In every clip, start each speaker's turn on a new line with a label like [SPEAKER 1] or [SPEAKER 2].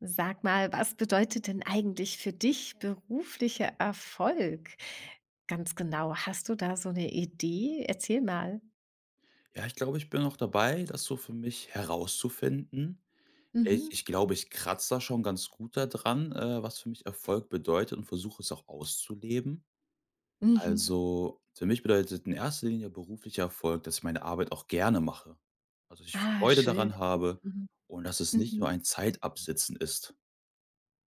[SPEAKER 1] Sag mal, was bedeutet denn eigentlich für dich beruflicher Erfolg? Ganz genau, hast du da so eine Idee? Erzähl mal.
[SPEAKER 2] Ja, ich glaube, ich bin noch dabei, das so für mich herauszufinden.
[SPEAKER 1] Mhm.
[SPEAKER 2] Ich glaube, ich kratze da schon ganz gut daran, was für mich Erfolg bedeutet, und versuche es auch auszuleben.
[SPEAKER 1] Mhm.
[SPEAKER 2] Also, für mich bedeutet in erster Linie beruflicher Erfolg, dass ich meine Arbeit auch gerne mache. Also, dass ich
[SPEAKER 1] Ah,
[SPEAKER 2] Freude
[SPEAKER 1] schön.
[SPEAKER 2] daran habe
[SPEAKER 1] Mhm.
[SPEAKER 2] und dass es nicht
[SPEAKER 1] Mhm.
[SPEAKER 2] nur ein Zeitabsitzen ist.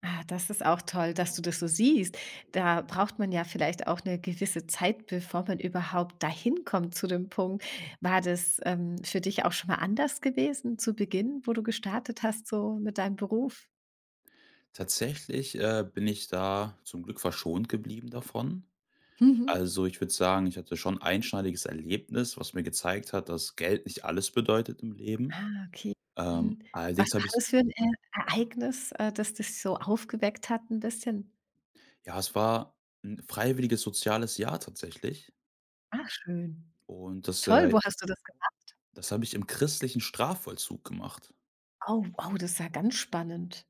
[SPEAKER 1] Ah, das ist auch toll, dass du das so siehst. Da braucht man ja vielleicht auch eine gewisse Zeit, bevor man überhaupt dahin kommt zu dem Punkt. War das, für dich auch schon mal anders gewesen zu Beginn, wo du gestartet hast so mit deinem Beruf?
[SPEAKER 2] Tatsächlich, bin ich da zum Glück verschont geblieben davon.
[SPEAKER 1] Mhm.
[SPEAKER 2] Also, ich würde sagen, ich hatte schon ein einschneidiges Erlebnis, was mir gezeigt hat, dass Geld nicht alles bedeutet im Leben.
[SPEAKER 1] Ah, okay.
[SPEAKER 2] Ähm,
[SPEAKER 1] Mhm. Was
[SPEAKER 2] allerdings
[SPEAKER 1] war
[SPEAKER 2] habe ich,
[SPEAKER 1] das für ein Ereignis, das dich so aufgeweckt hat 'n bisschen?
[SPEAKER 2] ja, es war ein freiwilliges soziales Jahr tatsächlich,
[SPEAKER 1] Ach schön.
[SPEAKER 2] und das,
[SPEAKER 1] Toll,
[SPEAKER 2] äh
[SPEAKER 1] wo hast du das gemacht?
[SPEAKER 2] das habe ich im christlichen Strafvollzug gemacht.
[SPEAKER 1] Oh, wow, das ist ja ganz spannend.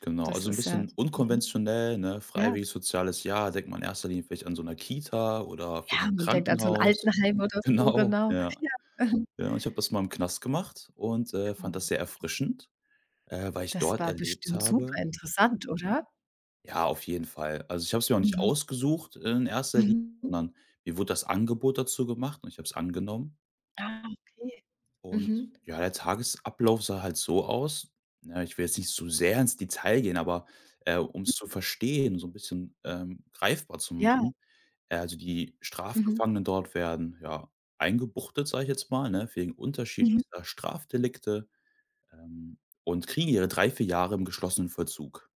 [SPEAKER 2] Genau,
[SPEAKER 1] Das
[SPEAKER 2] also ein
[SPEAKER 1] ist ja
[SPEAKER 2] bisschen
[SPEAKER 1] mhm,
[SPEAKER 2] unkonventionell, ne?
[SPEAKER 1] ja.
[SPEAKER 2] Freiwilliges soziales Jahr, denkt man in erster Linie vielleicht an so 'ner Kita oder vielleicht noch
[SPEAKER 1] Ja,
[SPEAKER 2] ein
[SPEAKER 1] man denkt an so 'n
[SPEAKER 2] Krankenhaus.
[SPEAKER 1] Altenheim oder so,
[SPEAKER 2] Genau,
[SPEAKER 1] genau.
[SPEAKER 2] ja.
[SPEAKER 1] Ja. Mhm.
[SPEAKER 2] Ja, und ich habe das mal im Knast gemacht und, fand
[SPEAKER 1] Oh,
[SPEAKER 2] das sehr erfrischend, weil ich
[SPEAKER 1] das
[SPEAKER 2] dort
[SPEAKER 1] war
[SPEAKER 2] erlebt
[SPEAKER 1] bestimmt
[SPEAKER 2] habe.
[SPEAKER 1] super interessant, oder?
[SPEAKER 2] Ja, auf jeden Fall. Also, ich habe es mir auch nicht
[SPEAKER 1] Mhm.
[SPEAKER 2] ausgesucht, in erster Linie,
[SPEAKER 1] Mhm.
[SPEAKER 2] sondern mir wurde das Angebot dazu gemacht, und ich habe es angenommen.
[SPEAKER 1] Ah, okay.
[SPEAKER 2] Und
[SPEAKER 1] Mhm.
[SPEAKER 2] ja, der Tagesablauf sah halt so aus. Ne, ich will jetzt nicht so sehr ins Detail gehen, aber, um es zu verstehen, so ein bisschen, greifbar zu
[SPEAKER 1] Ja.
[SPEAKER 2] machen. Also, die
[SPEAKER 1] Mhm.
[SPEAKER 2] Strafgefangenen dort werden, ja, eingebuchtet, sage ich jetzt mal, ne, wegen
[SPEAKER 1] Mhm.
[SPEAKER 2] unterschiedlichster Strafdelikte, ähm, und kriegen ihre 3, 4 Jahre im geschlossenen Vollzug.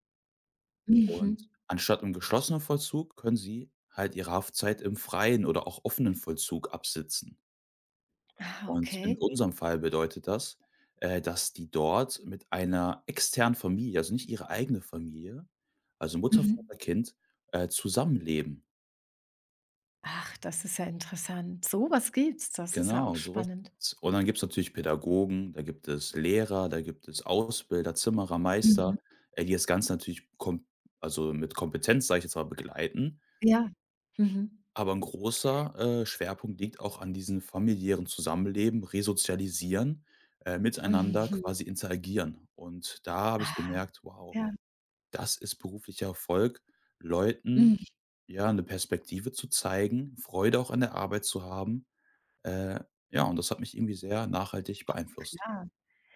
[SPEAKER 1] Mhm.
[SPEAKER 2] Und anstatt im geschlossenen Vollzug können sie halt ihre Haftzeit im freien oder auch offenen Vollzug absitzen.
[SPEAKER 1] Ah,
[SPEAKER 2] Und in
[SPEAKER 1] okay.
[SPEAKER 2] unserem Fall bedeutet das, dass die dort mit einer externen Familie, also nicht ihre eigene Familie, also Mutter,
[SPEAKER 1] Mhm.
[SPEAKER 2] Vater, Kind, zusammenleben.
[SPEAKER 1] Ach, das ist ja interessant. So was gibt's, das ist ja auch
[SPEAKER 2] Genau, sowas
[SPEAKER 1] spannend.
[SPEAKER 2] gibt's. Und dann gibt es natürlich Pädagogen, da gibt es Lehrer, da gibt es Ausbilder, Zimmerer,
[SPEAKER 1] Mhm.
[SPEAKER 2] Meister, die das Ganze natürlich kom also mit Kompetenz, sage ich jetzt mal, begleiten.
[SPEAKER 1] Ja. Mhm.
[SPEAKER 2] Aber ein großer, Schwerpunkt liegt auch an diesem familiären Zusammenleben, Resozialisieren, miteinander
[SPEAKER 1] Mhm.
[SPEAKER 2] quasi interagieren. Und da habe ich
[SPEAKER 1] Ah.
[SPEAKER 2] gemerkt: „Wow,
[SPEAKER 1] Ja.
[SPEAKER 2] das ist beruflicher Erfolg,
[SPEAKER 1] Mhm,
[SPEAKER 2] Leuten, ja, eine Perspektive zu zeigen, Freude auch an der Arbeit zu haben.“ Äh, ja, und das hat mich irgendwie sehr nachhaltig beeinflusst.
[SPEAKER 1] klar.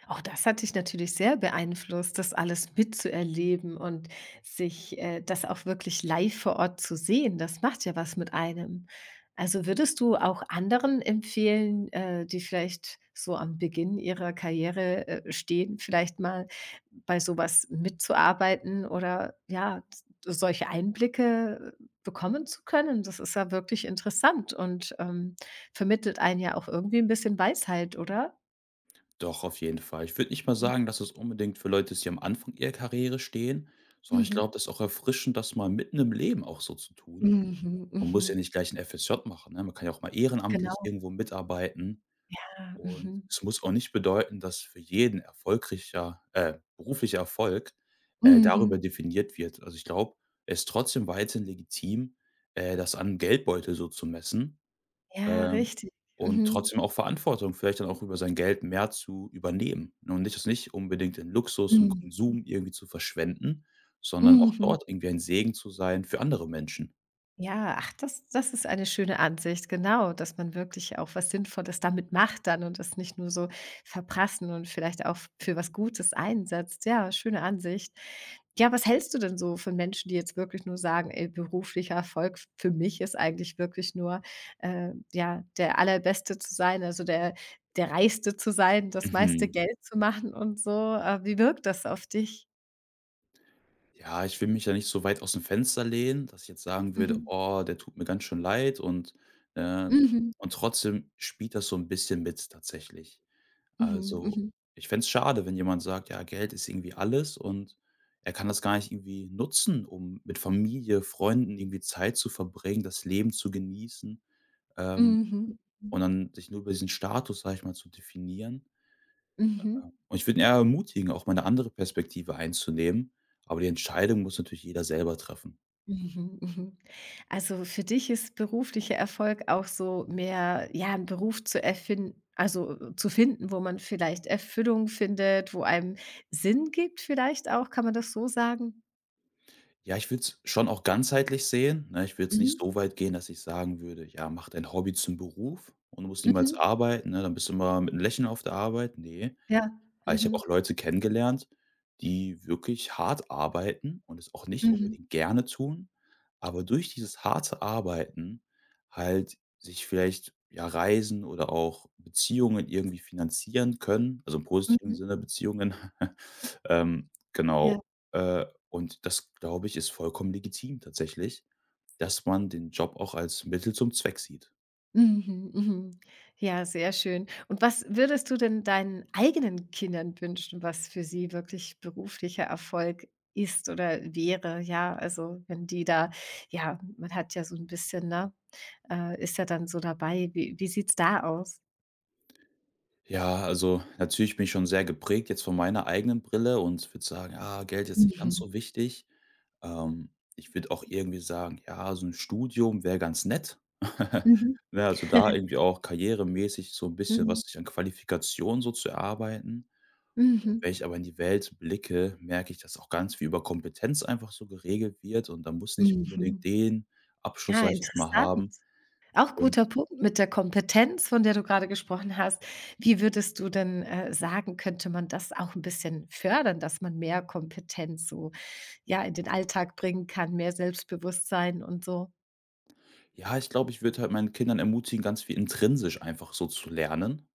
[SPEAKER 1] Auch das hat dich natürlich sehr beeinflusst, das alles mitzuerleben und sich das auch wirklich live vor Ort zu sehen. Das macht ja was mit einem. Also würdest du auch anderen empfehlen, die vielleicht so am Beginn ihrer Karriere stehen, vielleicht mal bei sowas mitzuarbeiten oder ja, solche Einblicke bekommen zu können? Das ist ja wirklich interessant und vermittelt einen ja auch irgendwie ein bisschen Weisheit, oder?
[SPEAKER 2] Doch, auf jeden Fall. Ich würde nicht mal sagen, dass es unbedingt für Leute ist, die am Anfang ihrer Karriere stehen, sondern ich glaube,
[SPEAKER 1] Mhm.
[SPEAKER 2] das ist auch erfrischend, das mal mitten im Leben auch so zu tun.
[SPEAKER 1] Mhm,
[SPEAKER 2] Man
[SPEAKER 1] mhm.
[SPEAKER 2] muss ja nicht gleich 'n FSJ machen, ne? Man kann ja auch mal ehrenamtlich
[SPEAKER 1] Genau,
[SPEAKER 2] irgendwo mitarbeiten,
[SPEAKER 1] ja,
[SPEAKER 2] und
[SPEAKER 1] mhm.
[SPEAKER 2] es muss auch nicht bedeuten, dass für jeden erfolgreicher beruflicher Erfolg, darüber
[SPEAKER 1] Mhm.
[SPEAKER 2] definiert wird. Also, ich glaube, es ist trotzdem weiterhin legitim, das an 'nem Geldbeutel so zu messen,
[SPEAKER 1] Ja,
[SPEAKER 2] ähm,
[SPEAKER 1] richtig.
[SPEAKER 2] und
[SPEAKER 1] Mhm.
[SPEAKER 2] trotzdem auch Verantwortung vielleicht dann auch über sein Geld mehr zu übernehmen, ne? Und nicht das nicht unbedingt in Luxus und
[SPEAKER 1] Mhm.
[SPEAKER 2] Konsum irgendwie zu verschwenden, sondern auch
[SPEAKER 1] Mhm.
[SPEAKER 2] dort irgendwie ein Segen zu sein für andere Menschen.
[SPEAKER 1] Ja, ach, das ist eine schöne Ansicht, genau, dass man wirklich auch was Sinnvolles damit macht dann und das nicht nur so verprassen und vielleicht auch für was Gutes einsetzt. Ja, schöne Ansicht. Ja, was hältst du denn so von Menschen, die jetzt wirklich nur sagen: „Ey, beruflicher Erfolg für mich ist eigentlich wirklich nur, ja, der Allerbeste zu sein, also der Reichste zu sein, das meiste
[SPEAKER 2] Mhm.
[SPEAKER 1] Geld zu machen und so.“ Wie wirkt das auf dich?
[SPEAKER 2] Ja, ich will mich ja nicht so weit aus dem Fenster lehnen, dass ich jetzt sagen würde:
[SPEAKER 1] Mhm.
[SPEAKER 2] „Oh, der tut mir ganz schön leid“, ähm
[SPEAKER 1] Mhm.
[SPEAKER 2] und trotzdem spielt das so ein bisschen mit tatsächlich.
[SPEAKER 1] Mhm.
[SPEAKER 2] Also,
[SPEAKER 1] Mhm.
[SPEAKER 2] ich fände es schade, wenn jemand sagt: „Ja, Geld ist irgendwie alles“, und er kann das gar nicht irgendwie nutzen, um mit Familie, Freunden irgendwie Zeit zu verbringen, das Leben zu genießen,
[SPEAKER 1] Mhm.
[SPEAKER 2] ähm,
[SPEAKER 1] Mhm.
[SPEAKER 2] und dann sich nur über diesen Status, sage ich mal, zu definieren.
[SPEAKER 1] Mhm.
[SPEAKER 2] Und ich würde ihn eher ermutigen, auch mal eine andere Perspektive einzunehmen, aber die Entscheidung muss natürlich jeder selber treffen.
[SPEAKER 1] Mhm, mhm. Also, für dich ist beruflicher Erfolg auch so mehr, ja, einen Beruf zu erfinden, also, zu finden, wo man vielleicht Erfüllung findet, wo einem Sinn gibt vielleicht auch, kann man das so sagen?
[SPEAKER 2] Ja, ich würde es schon auch ganzheitlich sehen, ne? Ich würde jetzt nicht
[SPEAKER 1] Mhm,
[SPEAKER 2] so weit gehen, dass ich sagen würde: „Ja, mach dein Hobby zum Beruf und du musst niemals
[SPEAKER 1] mhm,
[SPEAKER 2] arbeiten, ne? Dann bist du immer mit 'nem Lächeln auf der Arbeit.“ Ne,
[SPEAKER 1] ja,
[SPEAKER 2] aber ich habe
[SPEAKER 1] mhm,
[SPEAKER 2] auch Leute kennengelernt, die wirklich hart arbeiten und es auch nicht
[SPEAKER 1] mhm,
[SPEAKER 2] unbedingt gerne tun, aber durch dieses harte Arbeiten halt sich vielleicht, ja, Reisen oder auch Beziehungen irgendwie finanzieren können, also im positiven
[SPEAKER 1] mhm,
[SPEAKER 2] Sinne Beziehungen. Ähm,
[SPEAKER 1] ja.
[SPEAKER 2] genau, äh, und das, glaube ich, ist vollkommen legitim tatsächlich, dass man den Job auch als Mittel zum Zweck sieht.
[SPEAKER 1] Mhm, mhm. Ja, sehr schön. Und was würdest du denn deinen eigenen Kindern wünschen, was für sie wirklich beruflicher Erfolg ist oder wäre? Ja, also wenn die da ja, man hat ja so ein bisschen, ne ist ja dann so dabei. Wie sieht's da aus?
[SPEAKER 2] Ja, also natürlich bin ich schon sehr geprägt jetzt von meiner eigenen Brille und würde sagen, ah, Geld ist nicht ganz
[SPEAKER 1] Mhm,
[SPEAKER 2] so wichtig. Ähm, Ich würde auch irgendwie sagen, ja, so ein Studium wäre ganz nett.
[SPEAKER 1] mhm,
[SPEAKER 2] Ne, also da irgendwie auch karrieremäßig so ein bisschen was
[SPEAKER 1] mhm,
[SPEAKER 2] sich an Qualifikation so zu erarbeiten. Und
[SPEAKER 1] mhm,
[SPEAKER 2] wenn ich aber in die Welt blicke, merke ich, dass auch ganz viel über Kompetenz einfach so geregelt wird, und da muss nicht unbedingt
[SPEAKER 1] mhm.
[SPEAKER 2] den Abschluss,
[SPEAKER 1] Ah,
[SPEAKER 2] sage ich jetzt mal,
[SPEAKER 1] interessant.
[SPEAKER 2] haben.
[SPEAKER 1] Auch
[SPEAKER 2] Und
[SPEAKER 1] guter Punkt mit der Kompetenz, von der du gerade gesprochen hast. Wie würdest du denn, sagen, könnte man das auch ein bisschen fördern, dass man mehr Kompetenz so, ja, in den Alltag bringen kann, mehr Selbstbewusstsein und so?
[SPEAKER 2] ja, ich glaube, ich würde halt meinen Kindern ermutigen, ganz viel intrinsisch einfach so zu lernen.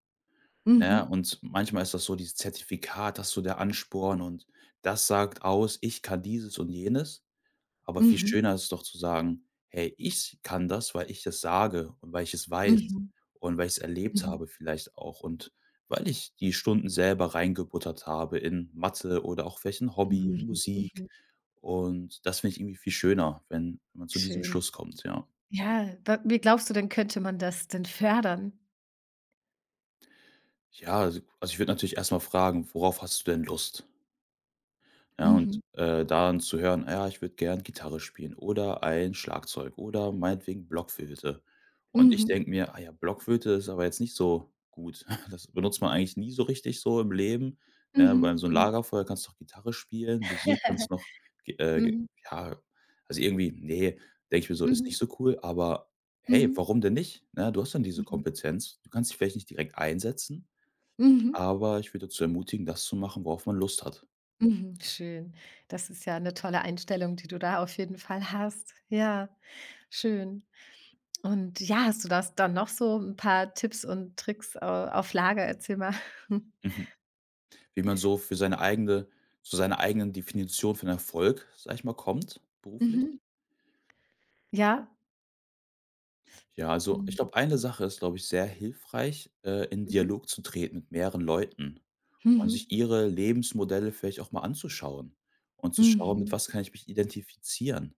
[SPEAKER 2] Ne?
[SPEAKER 1] Mhm,
[SPEAKER 2] Und manchmal ist das so, dieses Zertifikat, das ist so der Ansporn, und das sagt aus, ich kann dieses und jenes. Aber viel
[SPEAKER 1] mhm,
[SPEAKER 2] schöner ist es doch zu sagen, hey, ich kann das, weil ich es sage und weil ich es weiß
[SPEAKER 1] mhm,
[SPEAKER 2] und weil ich es erlebt
[SPEAKER 1] mhm,
[SPEAKER 2] habe vielleicht auch, und weil ich die Stunden selber reingebuttert habe in Mathe oder auch vielleicht ein Hobby,
[SPEAKER 1] mhm,
[SPEAKER 2] Musik.
[SPEAKER 1] mhm.
[SPEAKER 2] Und das finde ich irgendwie viel schöner, wenn, man zu diesem
[SPEAKER 1] Schön.
[SPEAKER 2] Schluss kommt, ja.
[SPEAKER 1] Ja, wa wie glaubst du denn, könnte man das denn fördern?
[SPEAKER 2] Ja, also ich würde natürlich erstmal fragen, worauf hast du denn Lust? Ja, und,
[SPEAKER 1] Mhm,
[SPEAKER 2] dann zu hören: „Ah ja, ich würde gern Gitarre spielen oder ein Schlagzeug oder meinetwegen Blockflöte.“ Und ich
[SPEAKER 1] mhm,
[SPEAKER 2] denke mir: „Ah ja, Blockflöte ist aber jetzt nicht so gut. Das benutzt man eigentlich nie so richtig so im Leben, ne?
[SPEAKER 1] mhm,
[SPEAKER 2] Beim
[SPEAKER 1] mhm.
[SPEAKER 2] so 'n
[SPEAKER 1] Mhm,
[SPEAKER 2] Lagerfeuer kannst du doch Gitarre spielen, Musik kannst du noch ge ge ja, also irgendwie nee, denke ich mir so, ist
[SPEAKER 1] mhm,
[SPEAKER 2] nicht so cool, aber
[SPEAKER 1] mhm,
[SPEAKER 2] hey,
[SPEAKER 1] mhm,
[SPEAKER 2] warum denn nicht, ne? Du hast dann diese
[SPEAKER 1] mhm,
[SPEAKER 2] Kompetenz. Du kannst dich vielleicht nicht direkt einsetzen,
[SPEAKER 1] mhm.
[SPEAKER 2] aber ich würde dazu ermutigen, das zu machen, worauf man Lust hat.
[SPEAKER 1] Mhm, schön. Das ist ja eine tolle Einstellung, die du da auf jeden Fall hast. Ja, schön. Und ja, hast du das dann noch so ein paar Tipps und Tricks au auf Lager? Erzähl mal.
[SPEAKER 2] Mhm. Wie man so für seine eigene, zu seiner eigenen Definition von Erfolg, sage ich mal, kommt, beruflich.
[SPEAKER 1] Mhm. Ja?
[SPEAKER 2] Ja, also ich
[SPEAKER 1] Mhm.
[SPEAKER 2] glaube, eine Sache ist, glaube ich, sehr hilfreich, in
[SPEAKER 1] Mhm.
[SPEAKER 2] Dialog zu treten mit mehreren Leuten und
[SPEAKER 1] Mhm.
[SPEAKER 2] sich ihre Lebensmodelle vielleicht auch mal anzuschauen und zu schauen, mit
[SPEAKER 1] Mhm.
[SPEAKER 2] was kann ich mich identifizieren.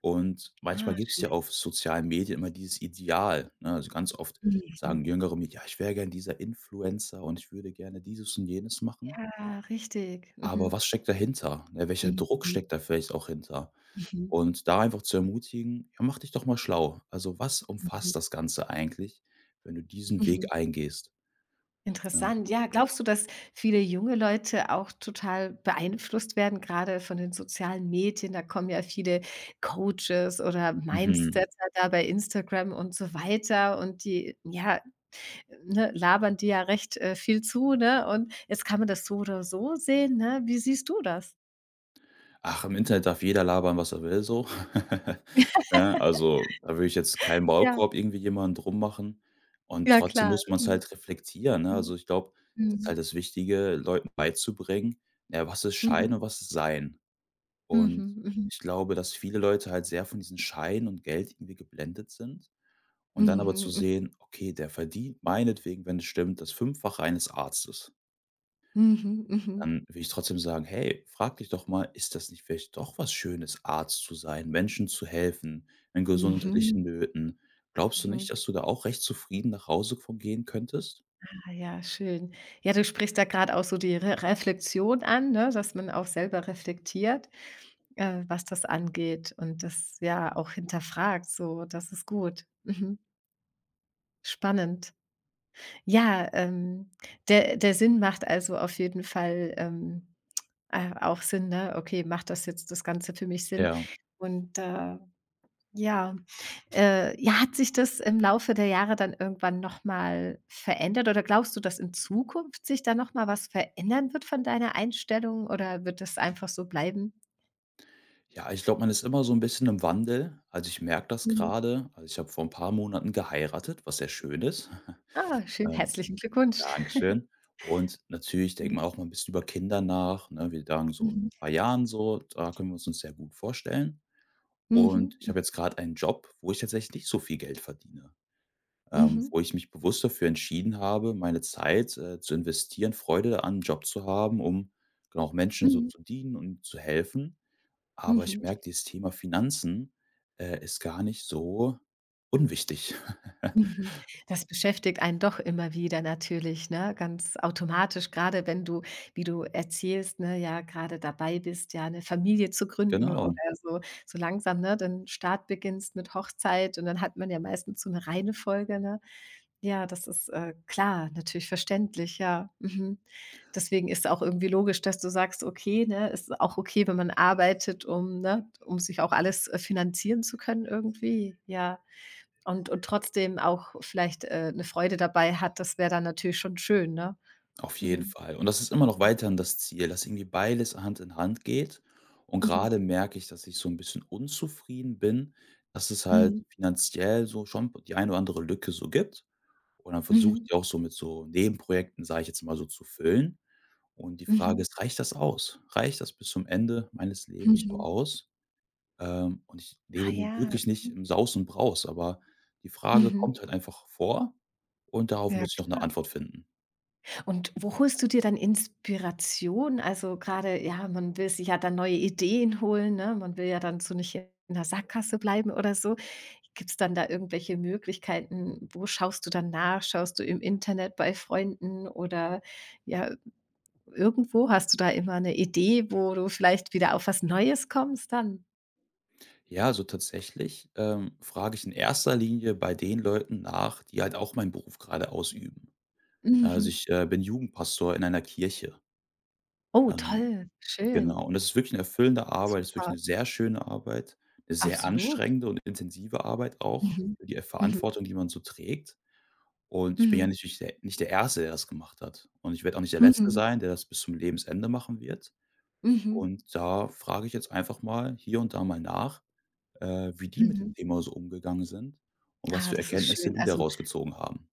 [SPEAKER 2] Und manchmal
[SPEAKER 1] Ah,
[SPEAKER 2] gibt es
[SPEAKER 1] schön.
[SPEAKER 2] ja auf sozialen Medien immer dieses Ideal, ne? Also, ganz oft sagen
[SPEAKER 1] Mhm.
[SPEAKER 2] Jüngere mir: „Ja, ich wäre gern dieser Influencer und ich würde gerne dieses und jenes machen.“
[SPEAKER 1] Ja, richtig.
[SPEAKER 2] Aber
[SPEAKER 1] Mhm.
[SPEAKER 2] was steckt dahinter? Ne, welcher
[SPEAKER 1] Mhm.
[SPEAKER 2] Druck steckt
[SPEAKER 1] Mhm.
[SPEAKER 2] da vielleicht auch hinter?
[SPEAKER 1] Mhm.
[SPEAKER 2] Und da einfach zu ermutigen: „Ja, mach dich doch mal schlau. Also, was umfasst
[SPEAKER 1] Mhm.
[SPEAKER 2] das Ganze eigentlich, wenn du diesen
[SPEAKER 1] Mhm.
[SPEAKER 2] Weg eingehst?“ Ja.
[SPEAKER 1] Interessant. Ja, glaubst du, dass viele junge Leute auch total beeinflusst werden, gerade von den sozialen Medien? Da kommen ja viele Coaches oder
[SPEAKER 2] Mhm.
[SPEAKER 1] Mindsetter da bei Instagram und so weiter und die, ja, ne, labern die ja recht, viel zu, ne? Und jetzt kann man das so oder so sehen, ne? Wie siehst du das?
[SPEAKER 2] Ach, im Internet darf jeder labern, was er will so. Ne, also, da würde ich jetzt keinen
[SPEAKER 1] Ja,
[SPEAKER 2] Maulkorb irgendwie jemanden drum machen. Und
[SPEAKER 1] ja
[SPEAKER 2] trotzdem
[SPEAKER 1] klar.
[SPEAKER 2] muss man es
[SPEAKER 1] Mhm,
[SPEAKER 2] halt reflektieren, ne? Also, ich glaube, es ist
[SPEAKER 1] mhm,
[SPEAKER 2] halt das Wichtige, Leuten beizubringen, ja, was ist Schein und
[SPEAKER 1] mhm,
[SPEAKER 2] was ist Sein.
[SPEAKER 1] mhm,
[SPEAKER 2] Und
[SPEAKER 1] mhm,
[SPEAKER 2] ich glaube, dass viele Leute halt sehr von diesen Scheinen und Geld irgendwie geblendet sind und dann aber
[SPEAKER 1] mhm,
[SPEAKER 2] zu
[SPEAKER 1] mhm,
[SPEAKER 2] sehen: „Okay, der verdient meinetwegen, wenn es stimmt, das Fünffache eines Arztes.“
[SPEAKER 1] mhm, mhm, mhm,
[SPEAKER 2] Dann will ich trotzdem sagen: „Hey, frag dich doch mal, ist das nicht vielleicht doch was Schönes, Arzt zu sein, Menschen zu helfen in gesundheitlichen
[SPEAKER 1] mhm,
[SPEAKER 2] Nöten? Glaubst du
[SPEAKER 1] mhm.
[SPEAKER 2] nicht, dass du da auch recht zufrieden nach Hause von gehen könntest?“
[SPEAKER 1] Ah ja, schön. Ja, du sprichst da gerade auch so die Re Reflexion an, ne, dass man auch selber reflektiert, was das angeht und das ja auch hinterfragt, so, das ist gut. Mhm. Spannend. Ja, der Sinn macht also auf jeden Fall, auch Sinn, ne? Okay, macht das jetzt das Ganze für mich Sinn?
[SPEAKER 2] Ja.
[SPEAKER 1] Und, ja. Ja, hat sich das im Laufe der Jahre dann irgendwann nochmal verändert oder glaubst du, dass in Zukunft sich da nochmal was verändern wird von deiner Einstellung oder wird das einfach so bleiben?
[SPEAKER 2] Ja, ich glaube, man ist immer so ein bisschen im Wandel. Also, ich merke das
[SPEAKER 1] Mhm.
[SPEAKER 2] gerade. Also, ich habe vor ein paar Monaten geheiratet, was sehr schön ist.
[SPEAKER 1] Ah, schön, herzlichen Glückwunsch.
[SPEAKER 2] Dankeschön. Und natürlich denkt
[SPEAKER 1] Mhm.
[SPEAKER 2] man auch mal ein bisschen über Kinder nach, ne? Wir sagen so in ein
[SPEAKER 1] Mhm.
[SPEAKER 2] paar Jahren so, da können wir uns sehr gut vorstellen. Und ich
[SPEAKER 1] Mhm.
[SPEAKER 2] habe jetzt gerade einen Job, wo ich tatsächlich nicht so viel Geld verdiene,
[SPEAKER 1] Mhm.
[SPEAKER 2] wo ich mich bewusst dafür entschieden habe, meine Zeit, zu investieren, Freude an 'n Job zu haben, um genau auch Menschen
[SPEAKER 1] Mhm.
[SPEAKER 2] so
[SPEAKER 1] Mhm.
[SPEAKER 2] zu dienen und zu helfen. Aber ich
[SPEAKER 1] Mhm.
[SPEAKER 2] merke, dieses Thema Finanzen, ist gar nicht so unwichtig.
[SPEAKER 1] Mhm. Das beschäftigt einen doch immer wieder natürlich, ne, ganz automatisch, gerade wenn du, wie du erzählst, ne, ja gerade dabei bist, ja eine Familie zu gründen oder
[SPEAKER 2] Genau.
[SPEAKER 1] so so langsam, ne, den Start beginnst mit Hochzeit und dann hat man ja meistens so eine reine Folge, ne? Ja, das ist, klar, natürlich verständlich, ja. Mhm. Deswegen ist auch irgendwie logisch, dass du sagst: „Okay, ne, ist auch okay, wenn man arbeitet, um, ne um sich auch alles, finanzieren zu können irgendwie“, ja. Und trotzdem auch vielleicht, 'ne Freude dabei hat, das wäre dann natürlich schon schön, ne?
[SPEAKER 2] Auf jeden
[SPEAKER 1] Mhm.
[SPEAKER 2] Fall. Und das ist immer noch weiterhin das Ziel, dass irgendwie beides Hand in Hand geht. Und
[SPEAKER 1] Mhm.
[SPEAKER 2] gerade merke ich, dass ich so ein bisschen unzufrieden bin, dass es halt
[SPEAKER 1] Mhm.
[SPEAKER 2] finanziell so schon die eine oder andere Lücke so gibt. Und dann versuche ich
[SPEAKER 1] Mhm.
[SPEAKER 2] die auch so mit so Nebenprojekten, sage ich jetzt mal so, zu füllen. Und die Frage
[SPEAKER 1] Mhm.
[SPEAKER 2] ist: „Reicht das aus? Reicht das bis zum Ende meines Lebens so
[SPEAKER 1] Mhm.
[SPEAKER 2] aus?“ Und ich
[SPEAKER 1] Ah
[SPEAKER 2] lebe nun
[SPEAKER 1] ja.
[SPEAKER 2] wirklich nicht
[SPEAKER 1] Mhm.
[SPEAKER 2] im Saus und Braus, aber die Frage
[SPEAKER 1] Mhm.
[SPEAKER 2] kommt halt einfach vor, und darauf
[SPEAKER 1] Ja
[SPEAKER 2] muss ich noch eine
[SPEAKER 1] klar.
[SPEAKER 2] Antwort finden.
[SPEAKER 1] Und wo holst du dir dann Inspiration? Also, gerade, ja, man will sich ja dann neue Ideen holen, ne? Man will ja dann so nicht in der Sackgasse bleiben oder so. Gibt's dann da irgendwelche Möglichkeiten? Wo schaust du dann nach? Schaust du im Internet bei Freunden oder ja, irgendwo hast du da immer eine Idee, wo du vielleicht wieder auf was Neues kommst dann?
[SPEAKER 2] Ja, also tatsächlich, frage ich in erster Linie bei den Leuten nach, die halt auch meinen Beruf gerade ausüben. Ne,
[SPEAKER 1] Mhm.
[SPEAKER 2] also, ich, bin Jugendpastor in einer Kirche,
[SPEAKER 1] Oh,
[SPEAKER 2] ähm,
[SPEAKER 1] toll,
[SPEAKER 2] genau.
[SPEAKER 1] schön,
[SPEAKER 2] Und das ist wirklich eine erfüllende Arbeit, das ist wirklich
[SPEAKER 1] super,
[SPEAKER 2] eine sehr schöne Arbeit, eine sehr
[SPEAKER 1] absolut.
[SPEAKER 2] anstrengende und intensive Arbeit auch
[SPEAKER 1] Mhm.
[SPEAKER 2] für die
[SPEAKER 1] Mhm.
[SPEAKER 2] Verantwortung, die man so trägt. Und ich bin ja
[SPEAKER 1] Mhm.
[SPEAKER 2] natürlich der nicht der Erste, der das gemacht hat. Und ich werde auch nicht der
[SPEAKER 1] Mhm.
[SPEAKER 2] Letzte
[SPEAKER 1] Mhm.
[SPEAKER 2] sein, der das bis zum Lebensende machen wird.
[SPEAKER 1] Mhm.
[SPEAKER 2] Und da frage ich jetzt einfach mal hier und da mal nach, wie die mit dem
[SPEAKER 1] Mhm.
[SPEAKER 2] Thema so umgegangen sind und was
[SPEAKER 1] Ah,
[SPEAKER 2] für
[SPEAKER 1] das ist
[SPEAKER 2] Erkenntnisse
[SPEAKER 1] schön.
[SPEAKER 2] die
[SPEAKER 1] Also
[SPEAKER 2] daraus gezogen haben.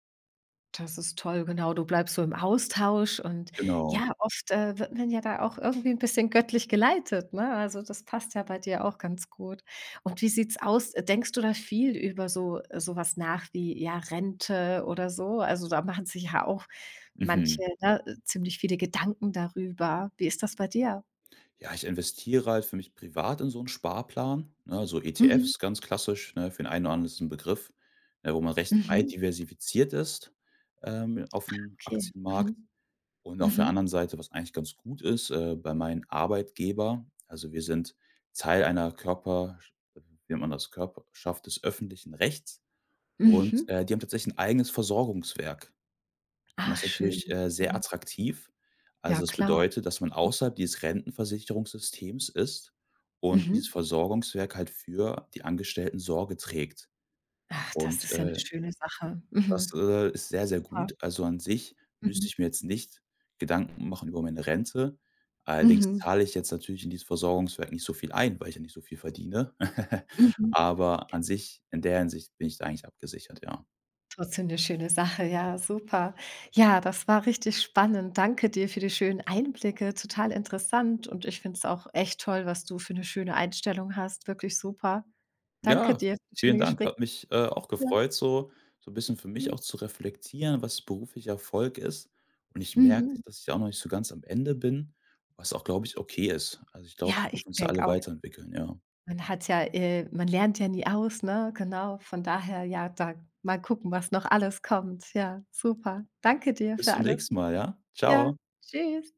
[SPEAKER 1] das ist toll, genau. Du bleibst so im Austausch und
[SPEAKER 2] Genau.
[SPEAKER 1] ja, oft, wird man ja da auch irgendwie ein bisschen göttlich geleitet, ne? Also, das passt ja bei dir auch ganz gut. Und wie sieht's aus? Denkst du da viel über so sowas nach wie, ja, Rente oder so? Also, da machen sich ja auch manche,
[SPEAKER 2] Mhm.
[SPEAKER 1] ne, ziemlich viele Gedanken darüber. Wie ist das bei dir?
[SPEAKER 2] Ja, ich investiere halt für mich privat in so einen Sparplan, ne, so
[SPEAKER 1] Mhm.
[SPEAKER 2] ETFs ganz klassisch, ne, für den einen oder anderen ist es ein Begriff, ne, wo man recht breit
[SPEAKER 1] Mhm.
[SPEAKER 2] diversifiziert ist, aufm
[SPEAKER 1] Okay.
[SPEAKER 2] Aktienmarkt.
[SPEAKER 1] Mhm.
[SPEAKER 2] Und auf der
[SPEAKER 1] Mhm.
[SPEAKER 2] anderen Seite, was eigentlich ganz gut ist, bei meinem Arbeitgeber, also, wir sind Teil einer Körper, wie nennt man das, Körperschaft des öffentlichen Rechts, und,
[SPEAKER 1] Mhm.
[SPEAKER 2] die haben tatsächlich ein eigenes Versorgungswerk. Und
[SPEAKER 1] Ah,
[SPEAKER 2] das ist
[SPEAKER 1] schön.
[SPEAKER 2] natürlich, sehr
[SPEAKER 1] Mhm.
[SPEAKER 2] attraktiv. Also,
[SPEAKER 1] Ja,
[SPEAKER 2] das
[SPEAKER 1] klar.
[SPEAKER 2] bedeutet, dass man außerhalb dieses Rentenversicherungssystems ist und dieses
[SPEAKER 1] Mhm.
[SPEAKER 2] Versorgungswerk halt für die Angestellten Sorge trägt.
[SPEAKER 1] Ach, das
[SPEAKER 2] Und,
[SPEAKER 1] ist ja eine schöne Sache.
[SPEAKER 2] das,
[SPEAKER 1] Mhm.
[SPEAKER 2] ist sehr, sehr
[SPEAKER 1] Super.
[SPEAKER 2] gut. Also, an sich müsste
[SPEAKER 1] Mhm.
[SPEAKER 2] ich mir jetzt nicht Gedanken machen über meine Rente. Allerdings
[SPEAKER 1] Mhm.
[SPEAKER 2] zahle ich jetzt natürlich in dieses Versorgungswerk nicht so viel ein, weil ich ja nicht so viel verdiene.
[SPEAKER 1] Mhm.
[SPEAKER 2] Aber an sich in der Hinsicht bin ich da eigentlich abgesichert, ja.
[SPEAKER 1] Trotzdem 'ne schöne Sache, ja, super. Ja, das war richtig spannend. Danke dir für die schönen Einblicke, total interessant und ich finde es auch echt toll, was du für 'ne schöne Einstellung hast, wirklich super. Danke
[SPEAKER 2] Ja,
[SPEAKER 1] dir fürs
[SPEAKER 2] vielen
[SPEAKER 1] schöne
[SPEAKER 2] Dank.
[SPEAKER 1] Gespräch.
[SPEAKER 2] Hat mich, auch
[SPEAKER 1] Ja.
[SPEAKER 2] gefreut, so ein bisschen für mich
[SPEAKER 1] Mhm.
[SPEAKER 2] auch zu reflektieren, was beruflicher Erfolg ist. Und ich merke,
[SPEAKER 1] Mhm.
[SPEAKER 2] dass ich auch noch nicht so ganz am Ende bin, was auch, glaube ich, okay ist. Also, ich glaube,
[SPEAKER 1] Ja,
[SPEAKER 2] wir
[SPEAKER 1] ich
[SPEAKER 2] dürfen uns da alle
[SPEAKER 1] denke auch,
[SPEAKER 2] weiterentwickeln, ja.
[SPEAKER 1] man hat ja man lernt ja nie aus, ne? Genau, von daher, ja, da mal gucken, was noch alles kommt. Ja, super. Danke dir
[SPEAKER 2] Bis
[SPEAKER 1] für
[SPEAKER 2] zum
[SPEAKER 1] alles.
[SPEAKER 2] nächsten Mal, ja?
[SPEAKER 1] Ja,
[SPEAKER 2] Ciao.
[SPEAKER 1] tschüss.